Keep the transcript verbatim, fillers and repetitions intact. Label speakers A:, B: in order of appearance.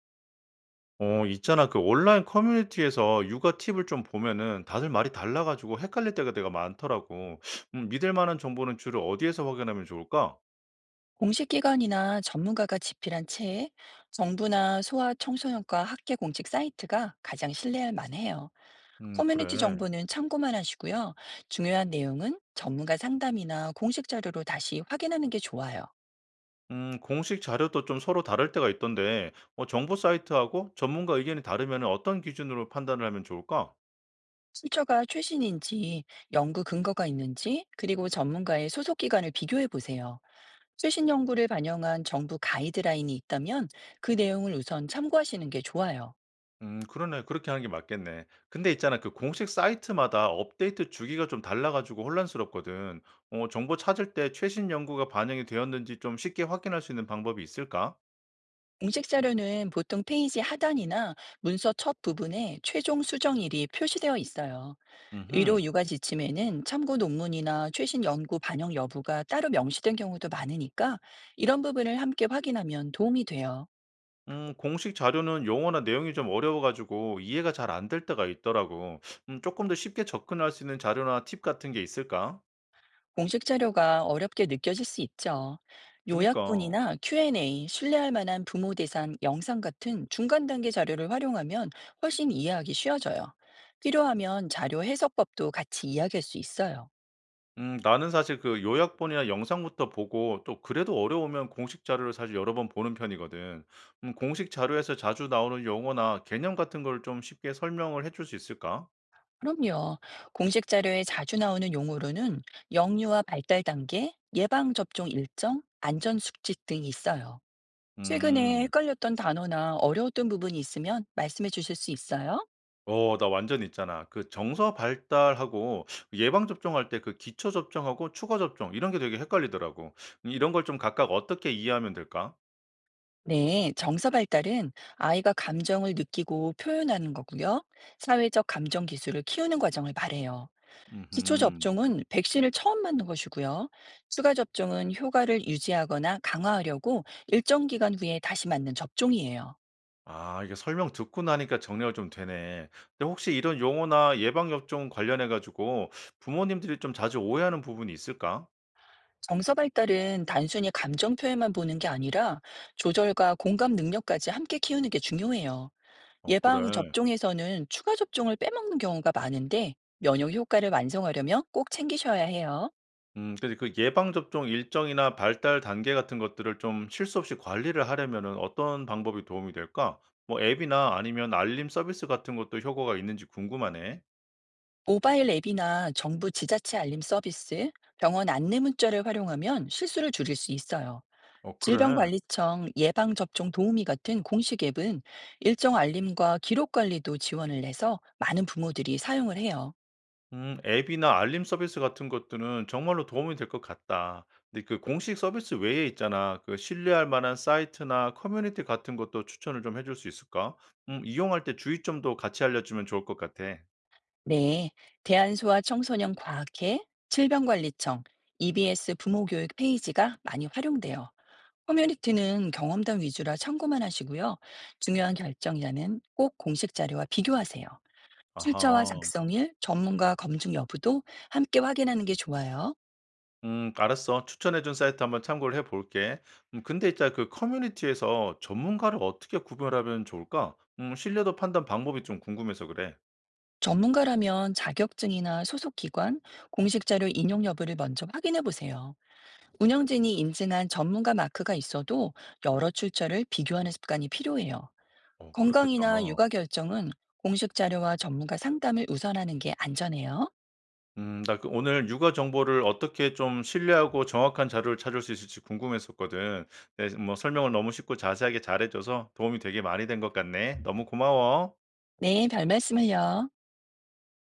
A: 어, 있잖아. 그 온라인 커뮤니티에서 육아 팁을 좀 보면은 다들 말이 달라가지고 헷갈릴 때가 내가 많더라고. 음, 믿을 만한 정보는 주로 어디에서 확인하면 좋을까?
B: 공식기관이나 전문가가 집필한 책, 정부나 소아 청소년과 학계 공식 사이트가 가장 신뢰할 만해요.
A: 음,
B: 커뮤니티
A: 그래.
B: 정보는 참고만 하시고요. 중요한 내용은 전문가 상담이나 공식 자료로 다시 확인하는 게 좋아요.
A: 음, 공식 자료도 좀 서로 다를 때가 있던데, 어, 정보 사이트하고 전문가 의견이 다르면 어떤 기준으로 판단을 하면 좋을까?
B: 출처가 최신인지, 연구 근거가 있는지, 그리고 전문가의 소속 기관을 비교해 보세요. 최신 연구를 반영한 정부 가이드라인이 있다면 그 내용을 우선 참고하시는 게 좋아요.
A: 음, 그러네. 그렇게 하는 게 맞겠네. 근데 있잖아. 그 공식 사이트마다 업데이트 주기가 좀 달라가지고 혼란스럽거든. 어, 정보 찾을 때 최신 연구가 반영이 되었는지 좀 쉽게 확인할 수 있는 방법이 있을까?
B: 공식 자료는 보통 페이지 하단이나 문서 첫 부분에 최종 수정일이 표시되어 있어요.
A: 음흠.
B: 의료 육아 지침에는 참고 논문이나 최신 연구 반영 여부가 따로 명시된 경우도 많으니까 이런 부분을 함께 확인하면 도움이 돼요.
A: 음, 공식 자료는 용어나 내용이 좀 어려워가지고 이해가 잘 안 될 때가 있더라고. 음, 조금 더 쉽게 접근할 수 있는 자료나 팁 같은 게 있을까?
B: 공식 자료가 어렵게 느껴질 수 있죠.
A: 그니까.
B: 요약본이나 큐앤에이, 신뢰할 만한 부모 대상 영상 같은 중간 단계 자료를 활용하면 훨씬 이해하기 쉬워져요. 필요하면 자료 해석법도 같이 이야기할 수 있어요.
A: 음, 나는 사실 그 요약본이나 영상부터 보고 또 그래도 어려우면 공식 자료를 사실 여러 번 보는 편이거든. 음, 공식 자료에서 자주 나오는 용어나 개념 같은 걸 좀 쉽게 설명을 해줄 수 있을까?
B: 그럼요. 공식 자료에 자주 나오는 용어로는 영유아 발달 단계, 예방접종 일정, 안전수칙 등이 있어요. 최근에
A: 음.
B: 헷갈렸던 단어나 어려웠던 부분이 있으면 말씀해 주실 수 있어요?
A: 어, 나 완전 있잖아. 그 정서 발달하고 예방 접종할 때 그 기초 접종하고 추가 접종 이런 게 되게 헷갈리더라고. 음, 이런 걸 좀 각각 어떻게 이해하면 될까?
B: 네, 정서 발달은 아이가 감정을 느끼고 표현하는 거고요. 사회적 감정 기술을 키우는 과정을 말해요. 기초
A: 음
B: 접종은 백신을 처음 맞는 것이고요. 추가 접종은 효과를 유지하거나 강화하려고 일정 기간 후에 다시 맞는 접종이에요.
A: 아, 이게 설명 듣고 나니까 정리가 좀 되네. 근데 혹시 이런 용어나 예방 접종 관련해 가지고 부모님들이 좀 자주 오해하는 부분이 있을까?
B: 정서 발달은 단순히 감정 표현만 보는 게 아니라 조절과 공감 능력까지 함께 키우는 게 중요해요.
A: 어, 그래.
B: 예방 접종에서는 추가 접종을 빼먹는 경우가 많은데 면역 효과를 완성하려면 꼭 챙기셔야 해요.
A: 음 근데 그 예방 접종 일정이나 발달 단계 같은 것들을 좀 실수 없이 관리를 하려면은 어떤 방법이 도움이 될까? 뭐 앱이나 아니면 알림 서비스 같은 것도 효과가 있는지 궁금하네.
B: 모바일 앱이나 정부 지자체 알림 서비스, 병원 안내 문자를 활용하면 실수를 줄일 수 있어요.
A: 어, 그래.
B: 질병관리청 예방접종 도우미 같은 공식 앱은 일정 알림과 기록 관리도 지원을 해서 많은 부모들이 사용을 해요.
A: 음 앱이나 알림 서비스 같은 것들은 정말로 도움이 될 것 같다. 근데 그 공식 서비스 외에 있잖아. 그 신뢰할 만한 사이트나 커뮤니티 같은 것도 추천을 좀 해줄 수 있을까? 음 이용할 때 주의점도 같이 알려 주면 좋을 것 같아.
B: 네, 대한소아 청소년 과학회, 질병관리청, 이비에스 부모교육 페이지가 많이 활용돼요. 커뮤니티는 경험담 위주라 참고만 하시고요. 중요한 결정자는 꼭 공식 자료와 비교하세요. 출처와
A: 아하.
B: 작성일, 전문가 검증 여부도 함께 확인하는 게 좋아요.
A: 음, 알았어. 추천해준 사이트 한번 참고를 해볼게. 음, 근데 있잖아, 그 커뮤니티에서 전문가를 어떻게 구별하면 좋을까? 음, 신뢰도 판단 방법이 좀 궁금해서 그래.
B: 전문가라면 자격증이나 소속 기관, 공식 자료 인용 여부를 먼저 확인해 보세요. 운영진이 인증한 전문가 마크가 있어도 여러 출처를 비교하는 습관이 필요해요.
A: 어, 그렇겠다.
B: 건강이나 육아 결정은 공식 자료와 전문가 상담을 우선하는 게 안전해요.
A: 음, 나그 오늘 육아 정보를 어떻게 좀 신뢰하고 정확한 자료를 찾을 수 있을지 궁금했었거든. 네, 뭐 설명을 너무 쉽고 자세하게 잘해줘서 도움이 되게 많이 된 것 같네. 너무 고마워.
B: 네, 별 말씀을요.